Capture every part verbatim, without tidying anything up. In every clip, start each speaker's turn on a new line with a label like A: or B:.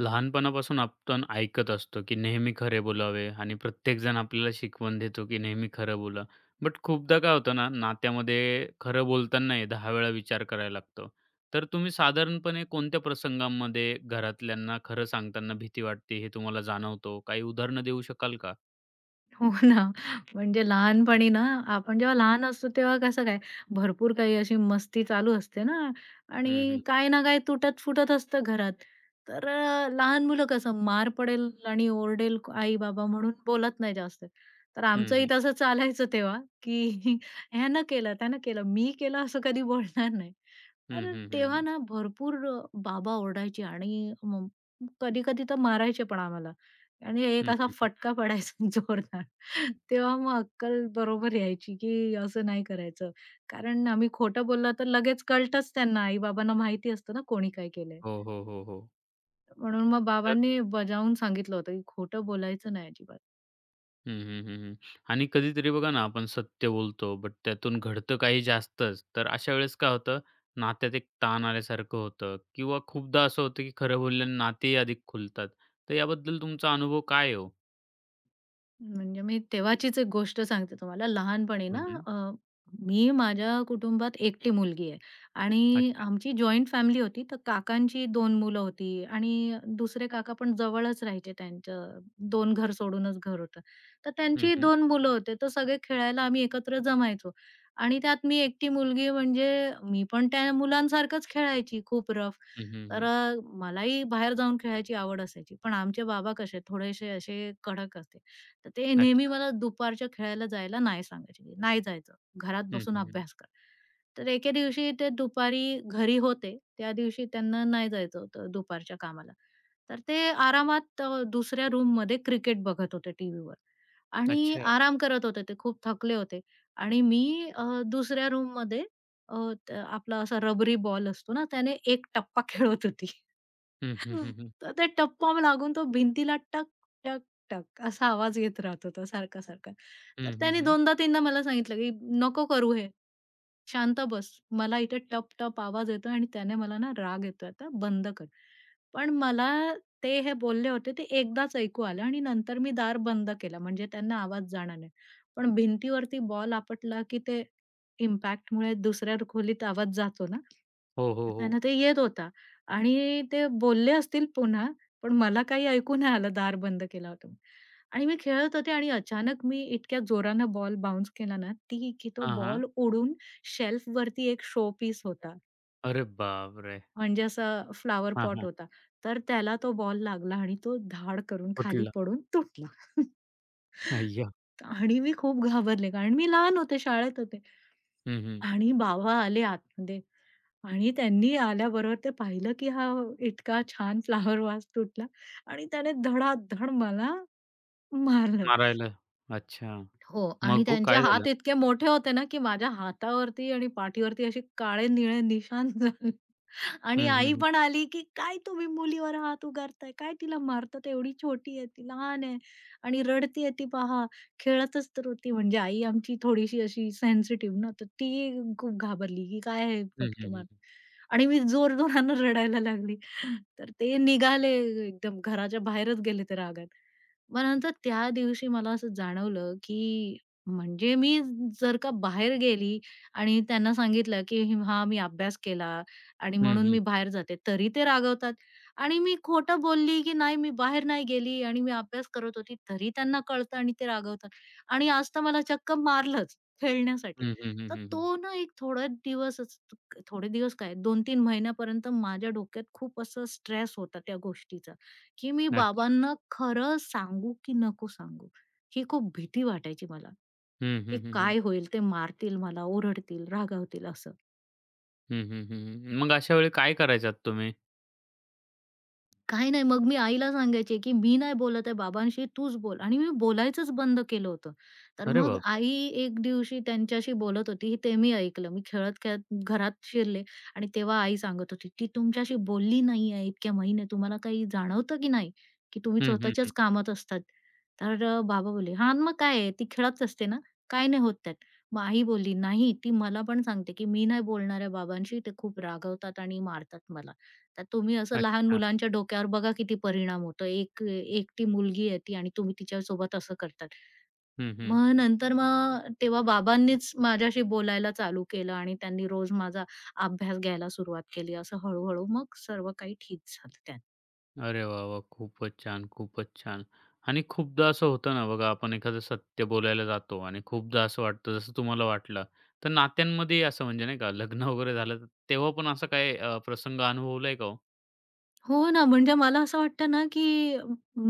A: लहानपणापासून आपण ऐकत असतो, की नेहमी खरे बोलावे आणि प्रत्येकजण आपल्याला शिकवण देतो, की नेहमी खरं बोला. बट खूपदा काय होतं ना, नात्यामध्ये खरं बोलतानाही दहा वेळा विचार करायला लागतो. तर तुम्ही साधारणपणे कोणत्या प्रसंगांमध्ये घरातल्यांना खरं सांगताना भीती वाटते, हे तुम्हाला जाणवतो? काही उदाहरणं देऊ शकाल का?
B: हो ना. म्हणजे लहानपणी ना, आपण जेव्हा लहान असतो तेव्हा कसं काय, भरपूर काही अशी मस्ती चालू असते ना
A: हं,
B: आणि
A: हं.
B: काय ना काय तुटत-फुटत असतं घरात. तर अ, लहान मुलं कसं मार पडेल आणि ओरडेल आई-बाबा म्हणून बोलत नाही जास्त. तर
A: हं,
B: आमचंही
A: हं.
B: तसं चालायचं तेव्हा, की ह्यानं केलं, त्यानं केलं, मी केलं असं कधी बोलणार नाही.
A: हं,
B: तर
A: हं, हं,
B: तेव्हा
A: हं.
B: ना भरपूर अ, बाबा ओरडायचे आणि कधी-कधी तर मारायचे पण आम्हाला आणि एक असा
A: हं,
B: फटका पडायचा जोरदार. तेव्हा मग अक्कल बरोबर यायची, की असं नाही करायचं. कारण आम्ही खोटं बोललं तर लगेच कळतंच त्यांना, आई-बाबांना माहिती असतं ना कोणी काय केलंय.
A: हो, हो, हो, हो.
B: म्हणून मग
A: तर
B: बाबांनी बजावून सांगितलं होतं, की खोटं बोलायचं नाही अजिबात.
A: हं, हं, हं, हं. आणि कधीतरी बघा ना, आपण सत्य बोलतो, बट त्यातून घडतं काही जास्तच. तर अशा वेळेस काय होतं, नात्यात एक ताण आल्यासारखं होतं किंवा खूपदा असं होतं, की खरं बोलल्याने नातेही अधिक खुलतात. तर याबद्दल तुमचा अनुभव काय आहे हो?
B: म्हणजे मी तेव्हाचीच एक गोष्ट सांगते तुम्हाला. लहानपणी ना
A: हं, हं.
B: अ, मी माझ्या कुटुंबात एकटी मुलगी आहे आणि
A: अच्छा.
B: आमची जॉइंट फॅमिली होती. तर काकांची दोन मुलं होती आणि दुसरे काका पण जवळच राहायचे त्यांचं दोन घर सोडूनच घर होतं. तर
A: हं,
B: त्यांची
A: हं.
B: दोन मुलं होते. तर सगळे खेळायला आम्ही एकत्र जमायचो आणि त्यात मी एकटी मुलगी म्हणजे मी पण त्या मुलांसारखंच खेळायची खूप रफ.
A: हं, हं,
B: तर
A: हं.
B: अ, मलाही बाहेर जाऊन खेळायची आवड असायची. पण आमचे बाबा कसे थोडेसे असे कडक असते. तर ते नेहमी
A: अच्छा.
B: मला दुपारच्या खेळायला जायला नाही सांगायचे, की "नाही जायचं, घरात
A: हं,
B: बसून
A: हं, हं.
B: अभ्यास कर." तर एके दिवशी ते दुपारी घरी होते, त्या दिवशी त्यांना नाही जायचं होतं दुपारच्या कामाला. तर ते आरामात अ, दुसऱ्या रूममध्ये क्रिकेट बघत होते टीव्हीवर आणि
A: अच्छा.
B: आराम करत होते ते खूप थकले होते आणि मी अ, दुसऱ्या रूममध्ये अ, त आपला असा रबरी बॉल असतो ना, त्याने एक टप्पा खेळत होती.
A: हं, हं, हं, हं.
B: तर त्या टप्पा लागून तो भिंतीला टक, टक, टक असा आवाज येत राहत होता सारखा-सारखा. तर
A: हं, हं,
B: त्याने
A: हं.
B: दोनदा 3दा मला सांगितलं, की "नको करू हे. शांत बस. मला इथे टप-टप आवाज येतोय आणि त्याने मला ना राग येतोय. आता बंद कर." पण मला ते हे बोलले होते ते एकदाच ऐकू आलं आणि नंतर मी दार बंद केला म्हणजे त्यांना आवाज जाणार नाही. पण भिंतीवरती बॉल आपटला, की ते इम्पॅक्टमुळे दुसऱ्या खोलीत आवाज जातो ना,
A: हो, हो, हो.
B: त्यांना ते येत होता. आणि ते बोलले असतील पुन्हा, पण मला काही ऐकू नाही आलं, दार बंद केला होता. मी. आणि मी खेळत होते आणि अचानक मी इतक्या जोरानं बॉल बाउन्स केला ना, ती की तो
A: हां, हां.
B: बॉल उडून शेल्फ शेल्फवरती एक शो पीस होता,
A: अरे बापरे!
B: म्हणजे असा फ्लावर
A: हां,
B: पॉट
A: हां.
B: होता. तर त्याला तो बॉल लागला आणि तो धाड करून खाली
A: फुटलं.
B: पडून तुटला.
A: अय्या!
B: आणि मी खूप घाबरले, कारण मी लहान होते, शाळेत होते.
A: हं, हं.
B: आणि बाबा आले आतमध्ये आणि त्यांनी आल्याबरोबर ते पाहिलं, की हा इतका छान फ्लावर वास तुटला आणि त्याने धडाधड मला मारलं.
A: मारायला. अच्छा.
B: हो आणि
A: मग हो,
B: त्यांचे
A: काय झालं?
B: हात इतके मोठे होते ना, की माझ्या हातावरती आणि पाठीवरती असे काळे-निळे निशाण झाले. आणि
A: हं, हं,
B: आई
A: हं.
B: पण आली, की "काय तुम्ही मुलीवर हात उगारताय? काय तिला मारतात? एवढी छोटी आहे ती, लहान आहे आणि रडतीये ती पहा, खेळतच तर होती." म्हणजे आई आमची थोडीशी अशी सेन्सिटिव्ह ना, तर ती खूप घाबरली, की काय हे
A: हं,
B: फटके
A: हं,
B: मारतात.
A: हं.
B: आणि मी जोरजोरानं रडायला लागली. तर ते निघाले एकदम घराच्या बाहेरच गेले ते रागात. मग नंतर त्या दिवशी मला असं जाणवलं, की म्हणजे मी जर का बाहेर गेली आणि त्यांना सांगितलं, की "हां, मी अभ्यास केला." आणि
A: हं,
B: म्हणून
A: हं.
B: मी बाहेर जाते. तरी ते रागवतात आणि मी खोटं बोलली, की नाही मी बाहेर नाही गेली आणि मी अभ्यास करत होती, तरी त्यांना कळतं आणि ते रागवतात. आणि आज तर मला चक्क मारलंच खेळण्यासाठी.
A: हं, हं, हं,
B: तर
A: हं, हं.
B: तो ना एक थोडा दिवसच थोडे दिवस काय दोन ते तीन महिन्यापर्यंत माझ्या डोक्यात खूप असं स्ट्रेस होता त्या गोष्टीचा, की मी
A: अच्छा.
B: बाबांना खरं सांगू की नको सांगू? ही खूप भीती वाटायची मला,
A: हं,
B: की
A: हं, हं, हं.
B: काय होईल? ते मारतील मला, ओरडतील, रागावतील असं.
A: हं, हं, हं, हं. मग अशा वेळी काय करायचात तुम्ही?
B: काही नाही. मग मी आईला सांगायचे, की "मी नाही बोलत आहे बाबांशी, तूच बोल" आणि मी बोलायचंच बंद केलं होतं. तर
A: अरे
B: मग
A: बापरे!
B: आई एक दिवशी त्यांच्याशी बोलत होती, ते मी ऐकलं. मी खेळत-खेळत घरात शिरले आणि तेव्हा आई सांगत होती, "ती तुमच्याशी बोलली नाही आहे इतक्या महिने. तुम्हाला काही जाणवतं की नाही, की तुम्ही
A: हं, हं, हं.
B: स्वतःच्याच कामात असतात?" तर अ, बाबा बोलले, "हां, मग काय आहे, ती खेळत असते ना, काय नाही होत त्यात." मग आई बोलली, "नाही, ती मला पण सांगते, की मी नाही बोलणार आहे बाबांशी. ते खूप रागवतात आणि मारतात मला." तर तुम्ही असं लहान
A: अच्छा.
B: मुलांच्या डोक्यावर बघा किती परिणाम होतो. एक एकटी मुलगी आहे ती आणि तुम्ही तिच्यासोबत असं करतात.
A: हं, हं.
B: मग नंतर मग तेव्हा बाबांनीच माझ्याशी बोलायला चालू केलं आणि त्यांनी रोज माझा अभ्यास घ्यायला सुरुवात केली. असं हळू-हळू मग सर्व काही ठीक झालं त्यानंतर.
A: अरे वाह, वाह! खूपच छान, खूपच छान. आणि खूपदा असं होतं ना बघा, आपण एखादं सत्य बोलायला जातो आणि खूपदा असं वाटतं जसं तुम्हाला वाटलं. तर नात्यांमध्येही असं म्हणजे नाही का लग्न वगैरे झालं तर तेव्हा पण असा काही अ, प्रसंग अनुभवलाय का हो?
B: हो ना, म्हणजे मला असं वाटतं ना, की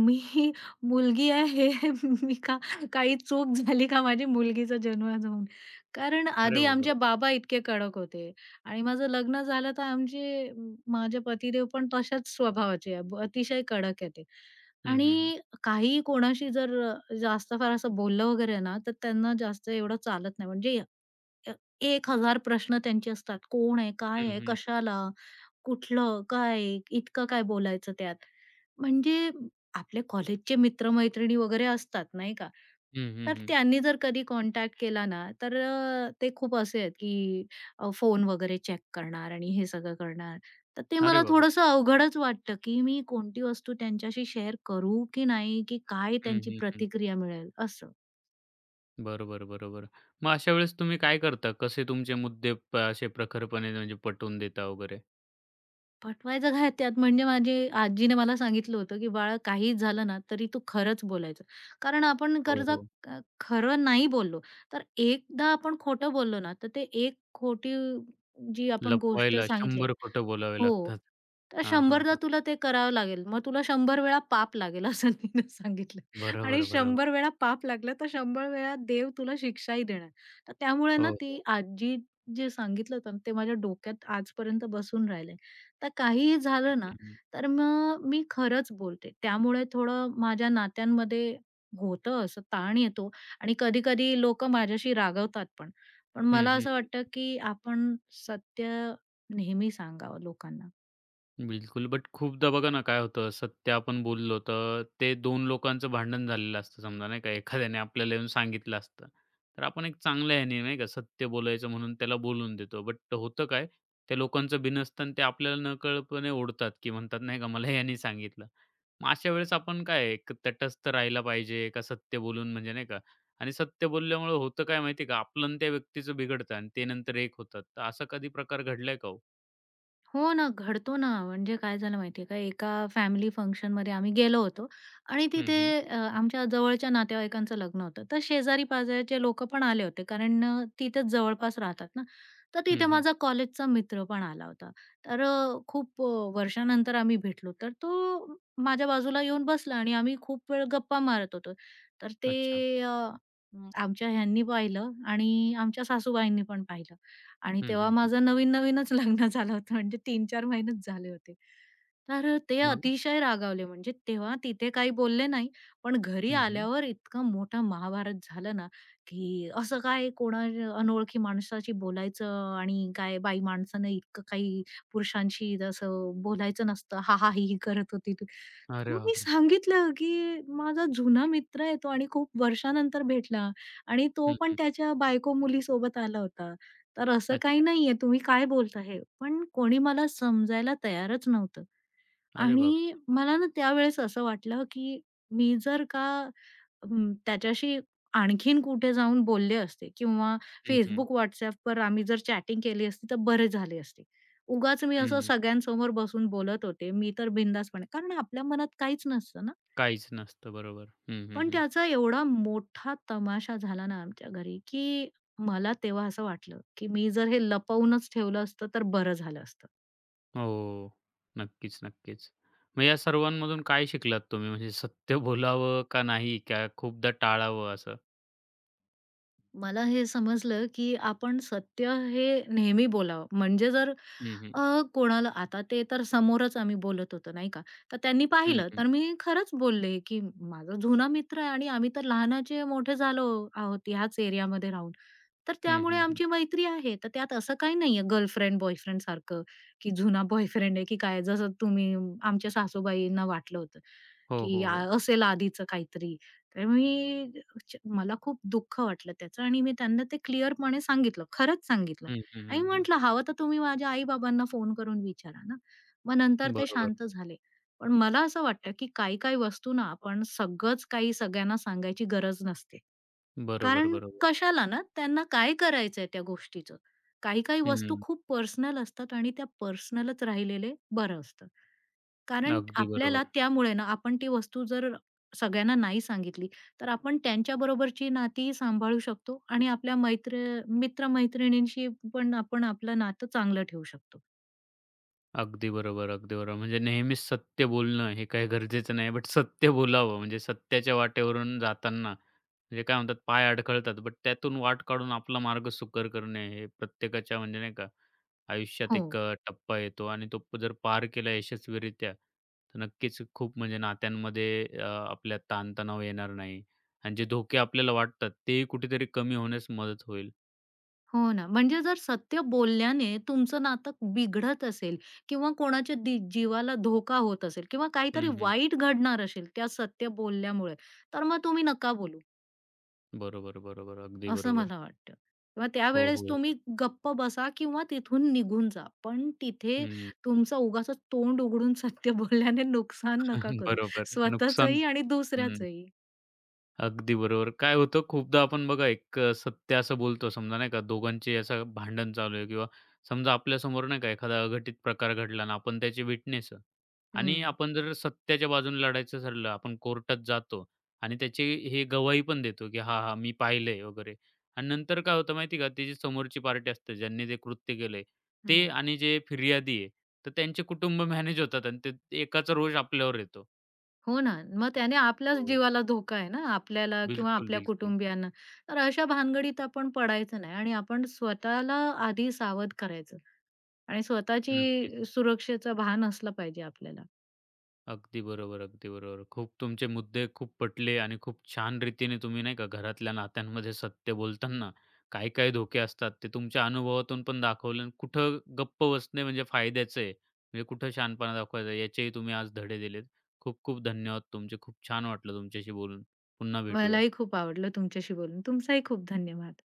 B: मी मुलगी आहे, हे मी का काही चूक झाली का माझी मुलगीचा जन्म होऊन? कारण
A: अरे
B: आधी आमचे
A: बापरे!
B: बाबा इतके कडक होते आणि माझं लग्न झालं तर आमचे माझे पतिदेव पण तशाच स्वभावाचे आहे, ब- अतिशय कडक आहे ते.
A: हं, हं, हं.
B: आणि काही कोणाशी जर अ, जास्त फार असं बोललं वगैरे ना, तर त्यांना जास्त एवढं चालत नाही. म्हणजे अ, हजार प्रश्न त्यांचे असतात. कोण आहे? काय
A: हं,
B: आहे?
A: हं.
B: कशाला? कुठलं? काय? इतकं काय बोलायचं त्यात? म्हणजे आपले कॉलेजचे मित्र-मैत्रिणी वगैरे असतात, नाही का?
A: हं, हं,
B: तर
A: हं.
B: त्यांनी जर कधी कॉन्टॅक्ट केला ना, तर अ, ते खूप असे आहेत, की अ, फोन वगैरे चेक करणार आणि हे सगळं करणार. तर ते
A: अरे
B: मला
A: बापरे!
B: थोडंसं अवघडच वाटतं, की मी कोणती वस्तू त्यांच्याशी शेअर करू की नाही? की काय
A: हं,
B: त्यांची
A: हं, हं.
B: प्रतिक्रिया मिळेल? असं.
A: बरोबर, बरोबर. मग अशा वेळेस तुम्ही काय करता? कसे तुमचे मुद्दे प असे प्रखरपणे म्हणजे पटवून देता वगैरे?
B: पटवायचं काय त्यात म्हणजे माझी आजीने मला सांगितलं होतं, की "बाळा काही झालं ना, तरी तू खरंच बोलायचं." कारण आपण
A: हो,
B: कर्जा
A: हो.
B: अ, खरं नाही बोललो, तर एकदा आपण खोटं बोललो ना, तर ते एक खोटी जी आपण गोष्ट
A: लपवायला
B: सांगितली
A: शंभर खोटं बोलावे
B: हो.
A: लागतात.
B: तर
A: हां, हां,
B: 100दा
A: हां.
B: तुला ते करावं लागेल. मग तुला शंभर वेळा पाप लागेल असं तिनं सांगितलं. आणि
A: बरोबर,
B: शंभर
A: बरोबर.
B: वेळा पाप लागलं तर शंभर वेळा देव तुला शिक्षाही देणार. तर त्यामुळे
A: हो,
B: ना ती
A: हो.
B: आजी जे सांगितलं होतं ना, ते माझ्या डोक्यात आजपर्यंत बसून राहिलंय. तर काहीही झालं ना,
A: हं, हं.
B: तर मग मी खरंच बोलते. त्यामुळे थोडं माझ्या नात्यांमध्ये होतं असं ताण येतो आणि कधी-कधी लोकं माझ्याशी रागवतात पण. पण मला
A: हं,
B: असं वाटतं, की आपण सत्य नेहमी सांगावं लोकांना.
A: बिलकुल. बट खूपदा बघा ना काय होतं, सत्य आपण बोललो तर ते दोन लोकांचं भांडण झालेलं असतं समजा नाही का. एखाद्याने आपल्याला येऊन सांगितलं असतं. तर आपण एक चांगल्या ह्याने नाही का सत्य बोलायचं म्हणून त्याला बोलून देतो. बट होतं काय, त्या लोकांचं बिनसतं आणि ते आपल्याला नकळतपणे ओढतात, की म्हणतात नाही का मला ह्याने सांगितलं. मग अशा वेळेस आपण काय एक तटस्थ राहायला पाहिजे का सत्य बोलून म्हणजे नाही का. आणि सत्य बोलल्यामुळे होतं काय माहिती का, आपलं आणि त्या व्यक्तीचं बिघडतं आणि ते नंतर एक होतात. तर असा कधी प्रकार घडलाय का हो?
B: हो ना, घडतो ना. म्हणजे काय झालं माहितीये का, एका फॅमिली फंक्शनमध्ये आम्ही गेलो होतो आणि
A: हं,
B: तिथे
A: हं.
B: अ, आमच्या जवळच्या नातेवाईकांचं लग्न होतं. तर शेजारी-पाजारचे लोकं पण आले होते, कारण अ, तिथेच जवळपास राहतात ना. तर तिथे
A: हं, हं.
B: माझा कॉलेजचा मित्र पण आला होता. तर अ, खूप अ, वर्षानंतर आम्ही भेटलो. तर तो माझ्या बाजूला येऊन बसला आणि आम्ही खूप वेळ गप्पा मारत होतो. तर ते
A: अच्छा.
B: अ, आमच्या ह्यांनी पाहिलं आणि आमच्या सासूबाईंनी पण पाहिलं. आणि
A: हं,
B: तेव्हा
A: हं, हं.
B: माझं नवीन-नवीनच लग्न झालं होतं म्हणजे तीन ते चार महिनेच झाले होते. तर अ, ते
A: मग?
B: अतिशय रागावले म्हणजे तेव्हा तिथे काही बोलले नाही, पण घरी
A: हं, हं.
B: आल्यावर इतका मोठा महाभारत झाला ना, की असं काय कोणा अनोळखी माणसाशी बोलायचं आणि काय बाई माणसानं इतकं काही पुरुषांशी असं बोलायचं नसतं. हां-हां, ही-ही करत होती ती.
A: अरे
B: मग मी
A: बापरे!
B: सांगितलं, की माझा जुना मित्र आहे तो आणि खूप वर्षानंतर भेटला आणि तो
A: हं,
B: पण
A: हं.
B: त्याच्या बायको मुलीसोबत आला होता. तर असं काही
A: अच्छा.
B: नाहीये तुम्ही काय बोलता हे. पण कोणी मला समजायला तयारच नव्हतं
A: अरे
B: आणि
A: बापरे!
B: मला ना त्यावेळेस असं वाटलं, की मी जर का अं, त्याच्याशी आणखीन कुठे जाऊन बोलले असते किंवा
A: हं, हं.
B: Facebook, WhatsAppवर आम्ही जर चॅटिंग केली असती तर बरे झाले असते. उगाच मी
A: हं,
B: असं
A: हं.
B: सगळ्यांसमोर बसून बोलत होते. मी तर बिंदासपणे कारण आपल्या मनात काहीच नसतं ना.
A: काहीच नसतं बरोबर. हं, हं,
B: पण
A: हं.
B: त्याचा एवढा मोठा तमाशा झाला ना आमच्या घरी, की मला तेव्हा असं वाटलं, की मी जर हे लपवूनच ठेवलं असतं तर बरं झालं असतं.
A: हो. नक्कीच, नक्कीच. मग या सर्वांमधून काय शिकलात तुम्ही? म्हणजे सत्य बोलावं का नाही? का खूपदा टाळावं असं?
B: मला हे समजलं, की आपण सत्य हे नेहमी बोलावं. म्हणजे जर
A: हं, हं.
B: अ, कोणाला आता ते तर समोरच आम्ही बोलत होतो, नाही का. तर त्यांनी
A: हं,
B: पाहिलं,
A: हं.
B: तर मी खरंच बोलले, की माझा जुना मित्र आहे आणि आम्ही तर लहानाचे मोठे झालो आहोत ह्याच एरियामध्ये राहून. तर
A: हं,
B: त्यामुळे
A: हं, हं.
B: आमची मैत्री आहे. तर त्यात असं काही नाहीये गर्लफ्रेंड, बॉयफ्रेंड सारखं, की जुना बॉयफ्रेंड आहे, की काय जसं तुम्ही आमच्या सासूबाईंना वाटलं होतं,
A: हो,
B: की
A: हो,
B: आ
A: हो.
B: असेल आधीचं काहीतरी. तर मी च- मला खूप दुःख वाटलं त्याचं आणि मी त्यांना ते क्लिअरपणे सांगितलं. खरंच सांगितलं.
A: हं, हं,
B: आणि
A: हं, हं.
B: म्हटलं, "हवं तर तुम्ही माझ्या आई-बाबांना फोन करून विचारा ना." मग नंतर ते
A: बरोबर.
B: शांत झाले. पण मला असं वाटतं, की काही-काही वस्तू ना आपण सगळंच काही सगळ्यांना सांगायची गरज नसते.
A: बरोबर,
B: कारण
A: बरोबर.
B: कशाला ना, त्यांना काय करायचंय त्या गोष्टीचं. काही-काही वस्तू
A: हं.
B: खूप पर्सनल असतात आणि त्या पर्सनलच राहिलेले बरं असतं. कारण
A: अगदी
B: आपल्याला
A: बरोबर.
B: त्यामुळे ना आपण ती वस्तू जर सगळ्यांना नाही सांगितली, तर आपण त्यांच्याबरोबरची नाती सांभाळू शकतो आणि आपल्या मैत्र मित्र-मैत्रिणींशी पण आपण आपलं नातं चांगलं ठेवू शकतो.
A: अगदी बरोबर, अगदी बरोबर. म्हणजे नेहमीच सत्य बोलणं हे काही गरजेचं नाही, बट सत्य बोलावं. म्हणजे सत्याच्या वाटेवरून जाताना म्हणजे काय म्हणतात पाय अडखळतात, बट त्यातून वाट काढून आपला मार्ग सुकर करणे हे प्रत्येकाच्या म्हणजे नाही का आयुष्यात
B: हो,
A: एक अ, टप्पा येतो आणि तो प- जर पार केला यशस्वीरित्या, तर नक्कीच खूप म्हणजे नात्यांमध्ये अ, आपल्या ताणतणाव येणार नाही आणि जे धोके आपल्याला वाटतात तेही कुठेतरी कमी होण्यास मदत होईल.
B: हो ना. म्हणजे जर सत्य बोलल्याने तुमचं नातं बिघडत असेल किंवा कोणाच्या दि जीवाला धोका होत असेल किंवा
A: हं,
B: काहीतरी
A: हं.
B: वाईट घडणार असेल त्या सत्य बोलल्यामुळे, तर मग तुम्ही नका बोलू.
A: बरोबर, बरोबर. अगदी
B: असं
A: बरोबर.
B: मला वाटतं किंवा
A: हो,
B: त्यावेळेस तुम्ही
A: हो.
B: गप्प बसा किंवा तिथून निघून जा. पण तिथे
A: हं.
B: तुमचं उगाचच तोंड उघडून सत्य बोलल्याने नुकसान नका करू.
A: बरोबर. नुकसान
B: स्वतःचंही आणि
A: हं.
B: दुसऱ्याचंही.
A: अगदी बरोबर. काय होतं खूपदा आपण बघा एक अ, सत्य असं बोलतो समजा नाही का दोघांचे असं भांडण चालू आहे किंवा समजा आपल्यासमोर नाही का एखादा अघटित प्रकार घडला आणि आपण त्याचे विटनेस आहे
B: हं,
A: आणि आपण जर सत्याच्या बाजूने लढायचं ठरलं, आपण कोर्टात जातो आणि त्याची हे गवाही पण देतो, की "हां, हां, मी पाहिलंय" वगैरे आणि नंतर काय होतं माहिती का, ती जी समोरची पार्टी असते ज्यांनी ते कृत्य केलंय ते
B: हं.
A: आणि जे फिर्यादी आहे, तर त्यांचे कुटुंब मॅनेज होतात आणि ते एकाचा रोष आपल्यावर येतो.
B: हो ना. मग त्याने आपल्याच
A: हो.
B: जीवाला धोका आहे ना, आपल्याला किंवा
A: बिलकुल,
B: आपल्या
A: बिलकुल.
B: कुटुंबियांना. तर अशा भानगडीत आपण पडायचं नाही आणि आपण स्वतःला आधी सावध करायचं आणि स्वतःची
A: नक्कीच.
B: सुरक्षेचं भान असलं पाहिजे आपल्याला.
A: अगदी बरोबर, अगदी बरोबर. खूप तुमचे मुद्दे खूप पटले आणि खूप छान रीतीने तुम्ही नाही का घरातल्या नात्यांमध्ये सत्य बोलताना काय-काय धोके असतात ते तुमच्या अनुभवातून पण दाखवलं आणि कुठं गप्प बसणे म्हणजे फायद्याचं आहे, म्हणजे कुठं शहाणपणा दाखवायचा याचेही तुम्ही आज धडे दिलेत. खूप खूप धन्यवाद तुमचे. खूप छान वाटलं तुमच्याशी बोलून. पुन्हा भेटूया.
B: मलाही खूप आवडलं तुमच्याशी बोलून. तुमचाही खूप धन्यवाद.